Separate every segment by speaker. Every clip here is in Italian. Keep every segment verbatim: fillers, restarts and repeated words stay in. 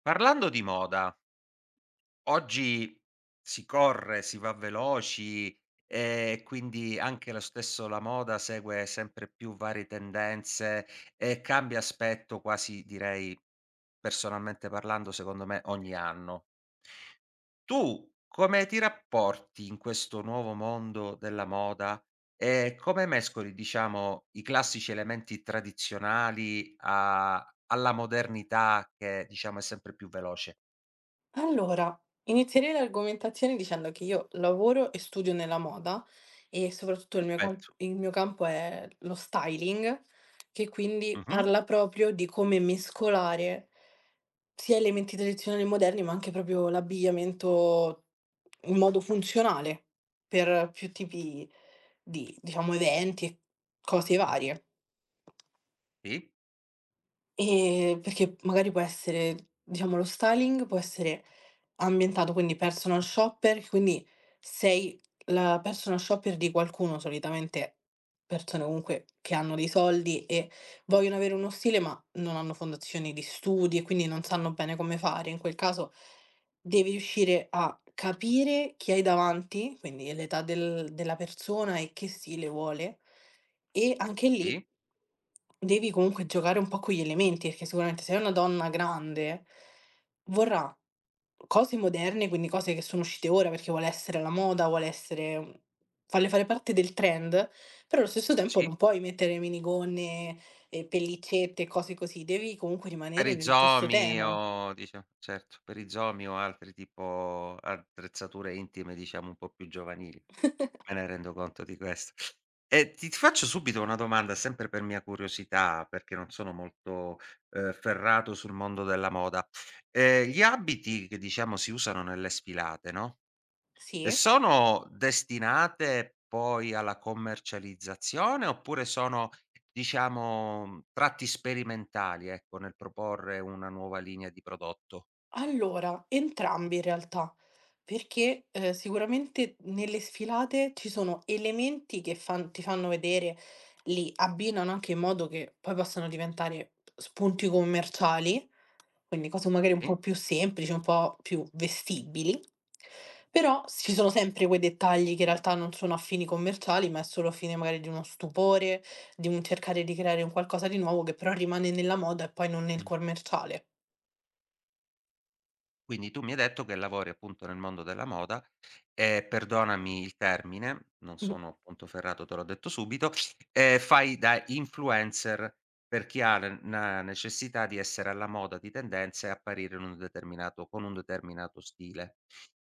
Speaker 1: Parlando di moda, oggi si corre, si va veloci e quindi anche lo stesso la moda segue sempre più varie tendenze e cambia aspetto quasi direi, personalmente parlando, secondo me ogni anno. Tu come ti rapporti in questo nuovo mondo della moda e come mescoli, diciamo, i classici elementi tradizionali a alla modernità che, diciamo, è sempre più veloce?
Speaker 2: Allora, inizierei l'argomentazione dicendo che io lavoro e studio nella moda e soprattutto il mio camp
Speaker 1: Perfetto.
Speaker 2: il mio campo è lo styling, che quindi
Speaker 1: Mh-mh.
Speaker 2: parla proprio di come mescolare sia elementi tradizionali e moderni, ma anche proprio l'abbigliamento in modo funzionale per più tipi di, diciamo, eventi e cose varie.
Speaker 1: Sì,
Speaker 2: Ehm, perché magari può essere diciamo lo styling può essere ambientato, quindi personal shopper, quindi sei la personal shopper di qualcuno, solitamente persone comunque che hanno dei soldi e vogliono avere uno stile, ma non hanno fondazioni di studi e quindi non sanno bene come fare. In quel caso devi riuscire a capire chi hai davanti, quindi l'età del della persona e che stile vuole, e anche lì
Speaker 1: sì,
Speaker 2: devi comunque giocare un po' con gli elementi, perché sicuramente se è una donna grande vorrà cose moderne, quindi cose che sono uscite ora perché vuole essere alla moda, vuole essere farle fare parte del trend, però allo stesso tempo
Speaker 1: sì.
Speaker 2: non puoi mettere minigonne e pellicette e cose così, devi comunque
Speaker 1: Per
Speaker 2: rimanere
Speaker 1: i
Speaker 2: nel giusto
Speaker 1: zomi
Speaker 2: tema.
Speaker 1: o dicia certo, per i zomi o altri tipo attrezzature intime, diciamo un po' più giovanili. Me ne rendo conto di questo. E ti ti faccio subito una domanda, sempre per mia curiosità, perché non sono molto, ehm, ferrato sul mondo della moda. Ehm, gli abiti che diciamo si usano nelle sfilate, no? E
Speaker 2: Sì.
Speaker 1: sono destinate poi alla commercializzazione oppure sono, diciamo, mhmm, tratti sperimentali, ecco, nel proporre una nuova linea di prodotto?
Speaker 2: Allora, entrambi in realtà, perché, ehm, sicuramente nelle sfilate ci sono elementi che fan ti fanno vedere, li abbinano anche in modo che poi possano diventare spunti commerciali, quindi cose magari un
Speaker 1: Sì?
Speaker 2: po' più semplici, un po' più vestibili, però s ci sono sempre quei dettagli che in realtà non sono a fini commerciali, ma è solo a fine magari di uno stupore, di un cercare di creare un qualcosa di nuovo che però rimane nella moda e poi non nel commerciale.
Speaker 1: Quindi tu mi hai detto che lavori appunto nel mondo della moda e perdonami il termine, non sono appunto ferrato, te l'ho detto subito, ehm, fai da influencer per chi ha n na necessità di essere alla moda, di tendenza e apparire in un determinato con un determinato stile.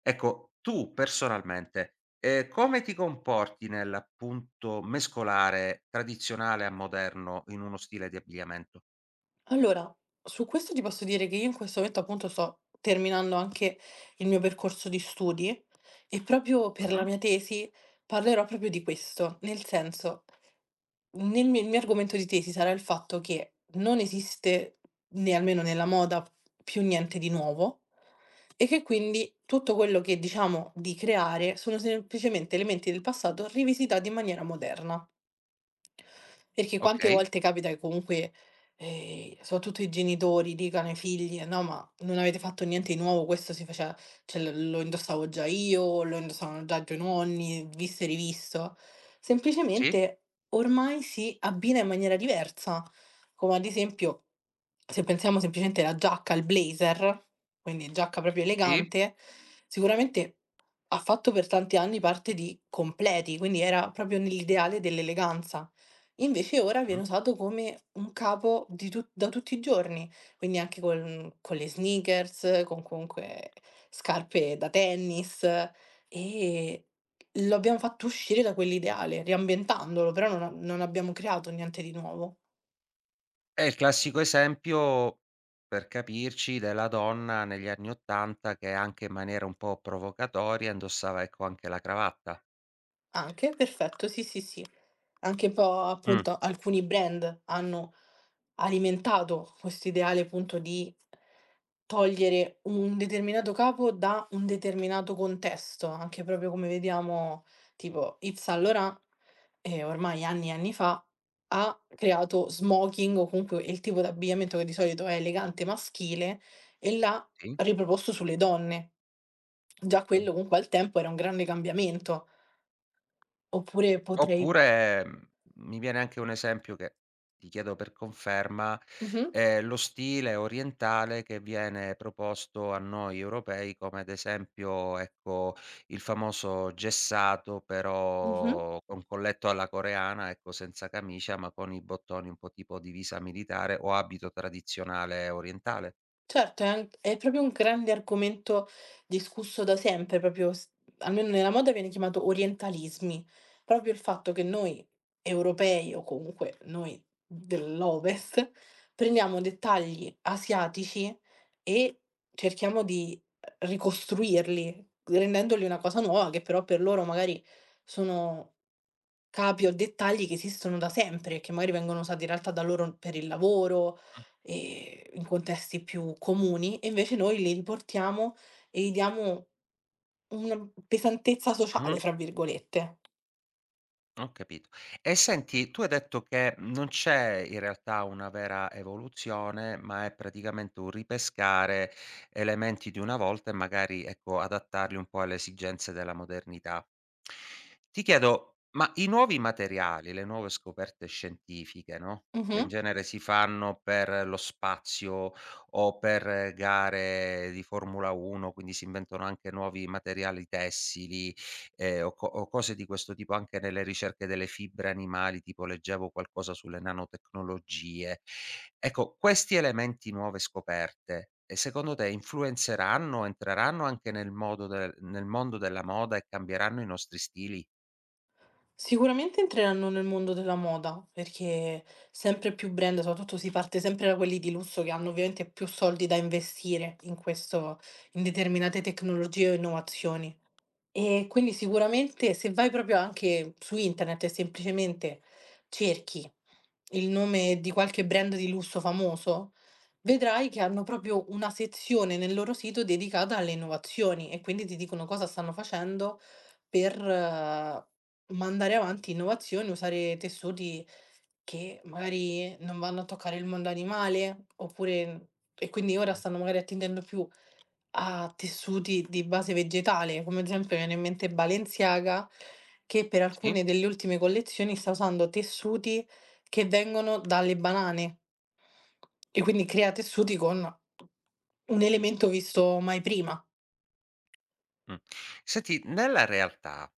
Speaker 1: Ecco, tu personalmente, ehm, come ti comporti nell'appunto mescolare tradizionale a moderno in uno stile di abbigliamento?
Speaker 2: Allora, su questo ti posso dire che io in questo momento appunto sto terminando anche il mio percorso di studi e proprio per la
Speaker 1: Mh-mh.
Speaker 2: mia tesi parlerò proprio di questo, nel senso, nel mio, il mio argomento di tesi sarà il fatto che non esiste, né almeno nella moda, più niente di nuovo, e che quindi tutto quello che diciamo di creare sono semplicemente elementi del passato rivisitati in maniera moderna. Perché quante
Speaker 1: Okay.
Speaker 2: volte capita che comunque, ehm, soprattutto i genitori dicano ai figli: "Eh, no, ma non avete fatto niente di nuovo, questo si faceva, cioè l lo indossavo già io, lo indossavano già i tuoi nonni, visto e rivisto".
Speaker 1: Sì,
Speaker 2: Semplicemente ormai si abbina in maniera diversa, come ad esempio se pensiamo semplicemente alla giacca, al blazer, quindi giacca proprio
Speaker 1: sì.
Speaker 2: elegante, sicuramente ha fatto per tanti anni parte di completi, quindi era proprio nell'ideale dell'eleganza. Invece ora
Speaker 1: Mh.
Speaker 2: viene usato come un capo di tut da tutti i giorni, quindi anche con con le sneakers, con comunque scarpe da tennis, e lo abbiamo fatto uscire da quell'ideale, riambientandolo, però non a non abbiamo creato niente di nuovo.
Speaker 1: È il classico esempio, per capirci, della donna negli anni 'ottanta che anche in maniera un po' provocatoria indossava, ecco, anche la cravatta.
Speaker 2: Anche, perfetto, sì, sì, sì. Anche un po'
Speaker 1: Mh.
Speaker 2: appunto alcuni brand hanno alimentato questo ideale appunto di togliere un determinato capo da un determinato contesto, anche proprio come vediamo tipo Yves Saint Laurent, ehm, ormai anni e anni fa, ha creato smoking o comunque il tipo d'abbigliamento che di solito è elegante maschile, e l'ha
Speaker 1: Sì.
Speaker 2: riproposto sulle donne. Già quello comunque al tempo era un grande cambiamento. Oppure potrei.
Speaker 1: Oppure, mhmm, mi viene anche un esempio che ti chiedo per conferma,
Speaker 2: Mh-mh,
Speaker 1: ehm, lo stile orientale che viene proposto a noi europei come ad esempio, ecco, il famoso gessato
Speaker 2: mh-mh.
Speaker 1: però con colletto alla coreana, ecco, senza camicia, ma con i bottoni un po' tipo divisa militare o abito tradizionale orientale.
Speaker 2: Certo, è an è proprio un grande argomento discusso da sempre, proprio s almeno nella moda viene chiamato orientalismi. Proprio il fatto che noi europei, o comunque noi dell'Ovest, prendiamo dettagli asiatici e cerchiamo di, uhm, ricostruirli, rendendoli una cosa nuova che però per loro magari sono capi o dettagli che esistono da sempre, che magari vengono usati in realtà da loro per il lavoro, ehm, in contesti più comuni, e invece noi li riportiamo e gli diamo una "pesantezza
Speaker 1: Mh, mh-mh.
Speaker 2: sociale", fra virgolette.
Speaker 1: Ho capito. E senti, tu hai detto che non c'è in realtà una vera evoluzione, ma è praticamente un ripescare elementi di una volta e magari, ecco, adattarli un po' alle esigenze della modernità. Ti chiedo, ma i nuovi materiali, le nuove scoperte scientifiche, no, che in
Speaker 2: Mh-mh.
Speaker 1: genere si fanno per lo spazio o per gare di Formula uno, quindi si inventano anche nuovi materiali tessili, Ehm, o co o cose di questo tipo, anche nelle ricerche delle fibre animali, tipo leggevo qualcosa sulle nanotecnologie. Ecco, questi elementi, nuove scoperte, ehm, secondo te influenzeranno, entreranno anche nel modo del nel mondo della moda e cambieranno i nostri stili?
Speaker 2: Sicuramente entreranno nel mondo della moda, perché sempre più brand, soprattutto si parte sempre da quelli di lusso che hanno ovviamente più soldi da investire in questo in determinate tecnologie o innovazioni. E quindi sicuramente se vai proprio anche su internet e semplicemente cerchi il nome di qualche brand di lusso famoso, vedrai che hanno proprio una sezione nel loro sito dedicata alle innovazioni, e quindi ti dicono cosa stanno facendo per eh, mandare avanti innovazioni, usare tessuti che magari non vanno a toccare il mondo animale, oppure, e quindi ora
Speaker 1: Mh.
Speaker 2: stanno magari attendendo più a tessuti di base vegetale, come ad esempio, mi viene in mente Balenciaga, che per
Speaker 1: Sì?
Speaker 2: alcune delle ultime collezioni sta usando tessuti che vengono dalle banane. E quindi crea tessuti con un elemento visto mai prima.
Speaker 1: Mh. Senti, nella realtà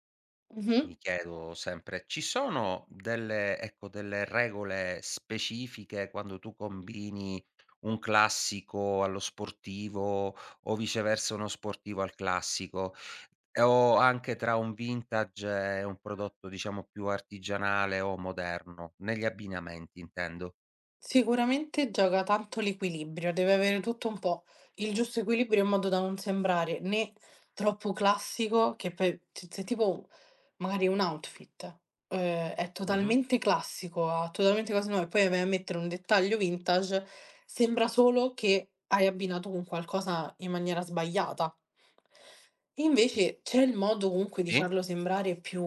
Speaker 2: Mh-mh.
Speaker 1: mi chiedo sempre, ci sono delle ecco, delle regole specifiche quando tu combini un classico allo sportivo o viceversa uno sportivo al classico, e o anche tra un vintage e un prodotto diciamo più artigianale o moderno, negli abbinamenti intendo.
Speaker 2: Sicuramente gioca tanto l'equilibrio, deve avere tutto un po' il giusto equilibrio in modo da non sembrare né troppo classico, che poi se se tipo magari un outfit, ehm, è
Speaker 1: Mh-mh.
Speaker 2: totalmente classico, ha totalmente cose nuove, e poi vai a mettere un dettaglio vintage, sembra solo che hai abbinato con qualcosa in maniera sbagliata. Invece c'è il modo comunque di
Speaker 1: Sì,
Speaker 2: farlo sembrare più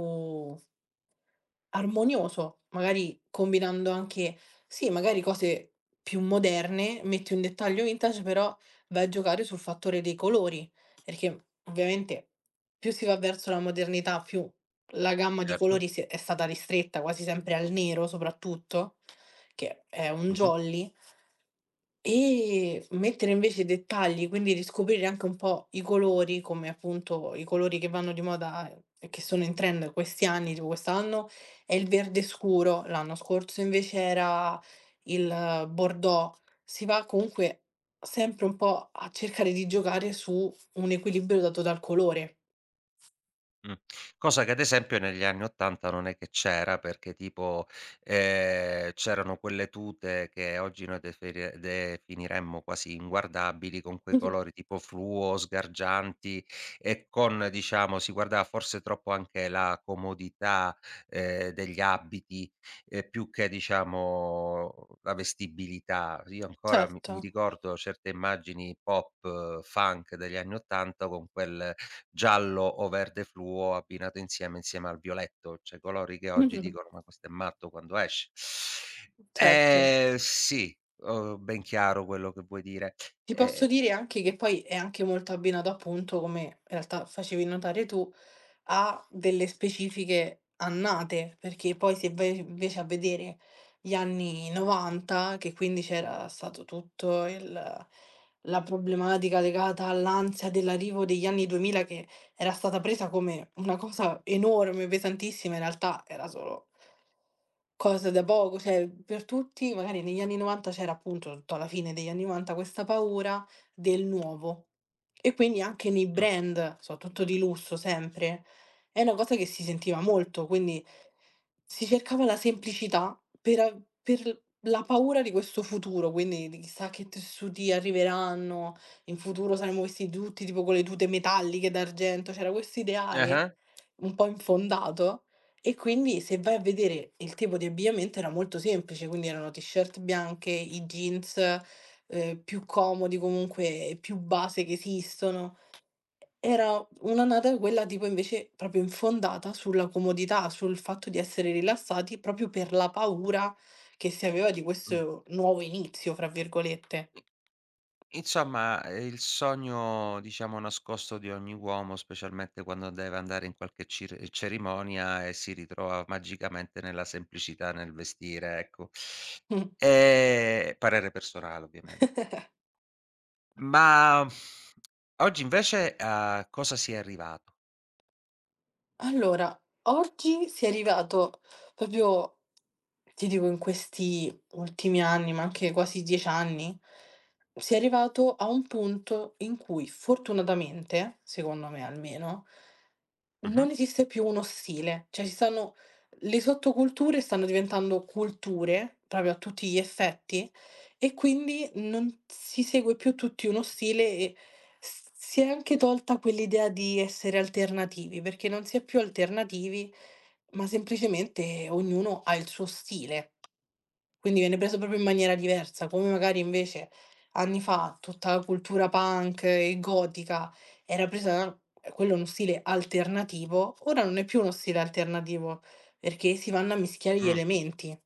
Speaker 2: armonioso, magari combinando anche, sì, magari cose più moderne, metti un dettaglio vintage, però vai a giocare sul fattore dei colori, perché ovviamente più si va verso la modernità, più la gamma di
Speaker 1: certo.
Speaker 2: colori si è è stata ristretta quasi sempre al nero soprattutto, che è un
Speaker 1: Mh-mh.
Speaker 2: jolly. E mettere invece i dettagli, quindi riscoprire anche un po' i colori, come appunto i colori che vanno di moda e che sono in trend questi anni, tipo quest'anno è il verde scuro, l'anno scorso invece era il bordeaux. Si va comunque sempre un po' a cercare di giocare su un equilibrio dato dal colore.
Speaker 1: Mh. Cosa che ad esempio negli anni 'ottanta non è che c'era, perché tipo, ehm, c'erano quelle tute che oggi noi deferie definiremmo quasi inguardabili, con quei colori tipo fluo, sgargianti e con diciamo si guardava forse troppo anche la comodità, ehm, degli abiti, ehm, più che diciamo la vestibilità. Io ancora mi mi
Speaker 2: Certo,
Speaker 1: ricordo certe immagini pop, eh, funk degli anni 'ottanta con quel giallo o verde fluo abbinato insieme, insieme al violetto, cioè colori che oggi dicono: "Ma questo è matto quando esce".
Speaker 2: certo.
Speaker 1: Ehm, sì, ho ben chiaro quello che vuoi dire.
Speaker 2: Ti
Speaker 1: Ehm
Speaker 2: posso dire anche che poi è anche molto abbinato appunto, come in realtà facevi notare tu, a delle specifiche annate, perché poi se vai invece a vedere gli anni novanta, che quindi c'era stato tutto il la problematica legata all'ansia dell'arrivo degli anni duemila, che era stata presa come una cosa enorme, pesantissima, in realtà era solo cosa da poco, cioè per tutti magari negli anni 'novanta c'era appunto, tutto alla fine degli anni 'novanta, questa paura del nuovo, e quindi anche nei
Speaker 1: mh.
Speaker 2: brand, soprattutto di lusso sempre, è una cosa che si sentiva molto, quindi si cercava la semplicità per a per la paura di questo futuro, quindi di chissà che tessuti arriveranno, in futuro saremo vestiti tutti tipo con le tute metalliche d'argento, c'era questo ideale
Speaker 1: Ah-ah.
Speaker 2: un po' infondato, e quindi se vai a vedere il tipo di abbigliamento era molto semplice, quindi erano t-shirt bianche, i jeans, ehm, più comodi comunque, più base che esistono. Era un'annata quella tipo invece proprio infondata sulla comodità, sul fatto di essere rilassati proprio per la paura che si aveva di
Speaker 1: Mh.
Speaker 2: questo "nuovo inizio", fra virgolette.
Speaker 1: I insomma, ehm, il sogno, diciamo, nascosto di ogni uomo, specialmente quando deve andare in qualche cir cerimonia e si ritrova magicamente nella semplicità nel vestire, ecco.
Speaker 2: Mh.
Speaker 1: Ehm, parere personale ovviamente. Ma oggi invece a cosa si è arrivato?
Speaker 2: Allora, oggi si è arrivato proprio. Ti dico, in questi ultimi anni, ma anche quasi dieci anni, si è arrivato a un punto in cui fortunatamente, secondo me almeno,
Speaker 1: Mh-mh.
Speaker 2: non esiste più uno stile, cioè ci stanno le sottoculture stanno diventando culture, proprio a tutti gli effetti, e quindi non si segue più tutti uno stile, e s si è anche tolta quell'idea di essere alternativi, perché non si è più alternativi, ma semplicemente ognuno ha il suo stile, quindi viene preso proprio in maniera diversa, come magari invece anni fa tutta la cultura punk e gotica era presa, quello è uno stile alternativo, ora non è più uno stile alternativo, perché si vanno a mischiare gli
Speaker 1: Mh,
Speaker 2: elementi.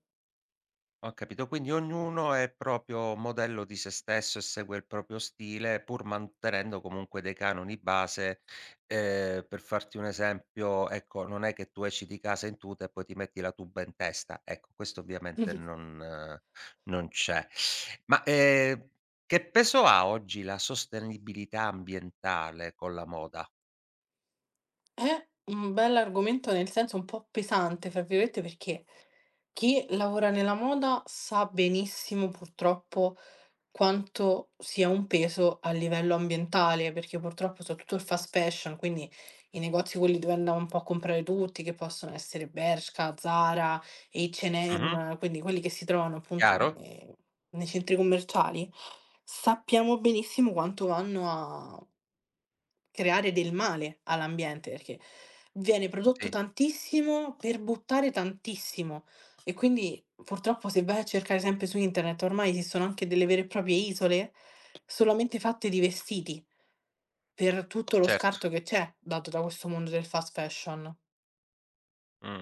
Speaker 1: ho capito. Quindi ognuno è proprio modello di se stesso e segue il proprio stile, pur mantenendo comunque dei canoni base. Ehm, per farti un esempio, ecco, non è che tu esci di casa in tuta e poi ti metti la tuba in testa. Ecco, questo ovviamente
Speaker 2: Mh-mh.
Speaker 1: non eh, non c'è. Ma, ehm, che peso ha oggi la sostenibilità ambientale con la moda?
Speaker 2: È un bell'argomento, nel senso un po' "pesante", fra virgolette, perché chi lavora nella moda sa benissimo purtroppo quanto sia un peso a livello ambientale, perché purtroppo soprattutto il fast fashion, quindi i negozi quelli dove andiamo un po' a comprare tutti, che possono essere Bershka, Zara,
Speaker 1: Mh-mh.
Speaker 2: H e M, quindi quelli che si trovano appunto
Speaker 1: Chiaro?
Speaker 2: ne nei centri commerciali, sappiamo benissimo quanto vanno a creare del male all'ambiente, perché viene prodotto
Speaker 1: Sì,
Speaker 2: tantissimo per buttare tantissimo. E quindi purtroppo se vai a cercare sempre su internet, ormai esistono anche delle vere e proprie isole solamente fatte di vestiti, per tutto lo
Speaker 1: certo.
Speaker 2: scarto che c'è dato da questo mondo del fast fashion.
Speaker 1: Mh.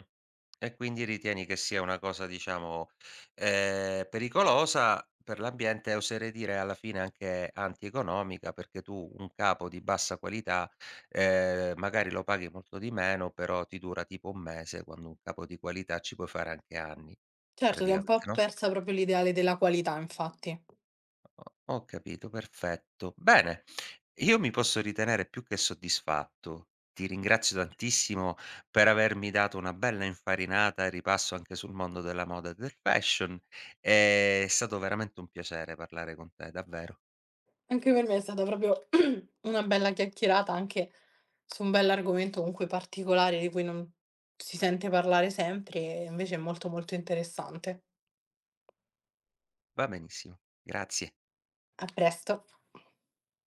Speaker 1: E quindi ritieni che sia una cosa diciamo, ehm, pericolosa per l'ambiente e oserei dire alla fine anche antieconomica, perché tu un capo di bassa qualità, ehm, magari lo paghi molto di meno, però ti dura tipo un mese, quando un capo di qualità ci puoi fare anche anni,
Speaker 2: Certo, si è un
Speaker 1: praticamente,
Speaker 2: po'
Speaker 1: no?
Speaker 2: persa proprio l'ideale della qualità infatti.
Speaker 1: Ho ho capito, perfetto. Bene, io mi posso ritenere più che soddisfatto. Ti ringrazio tantissimo per avermi dato una bella infarinata e ripasso anche sul mondo della moda e del fashion. È stato veramente un piacere parlare con te, davvero.
Speaker 2: Anche per me è stata proprio una bella chiacchierata, anche su un bell'argomento comunque particolare di cui non si sente parlare sempre, e invece è molto molto interessante.
Speaker 1: Va benissimo. Grazie.
Speaker 2: A presto.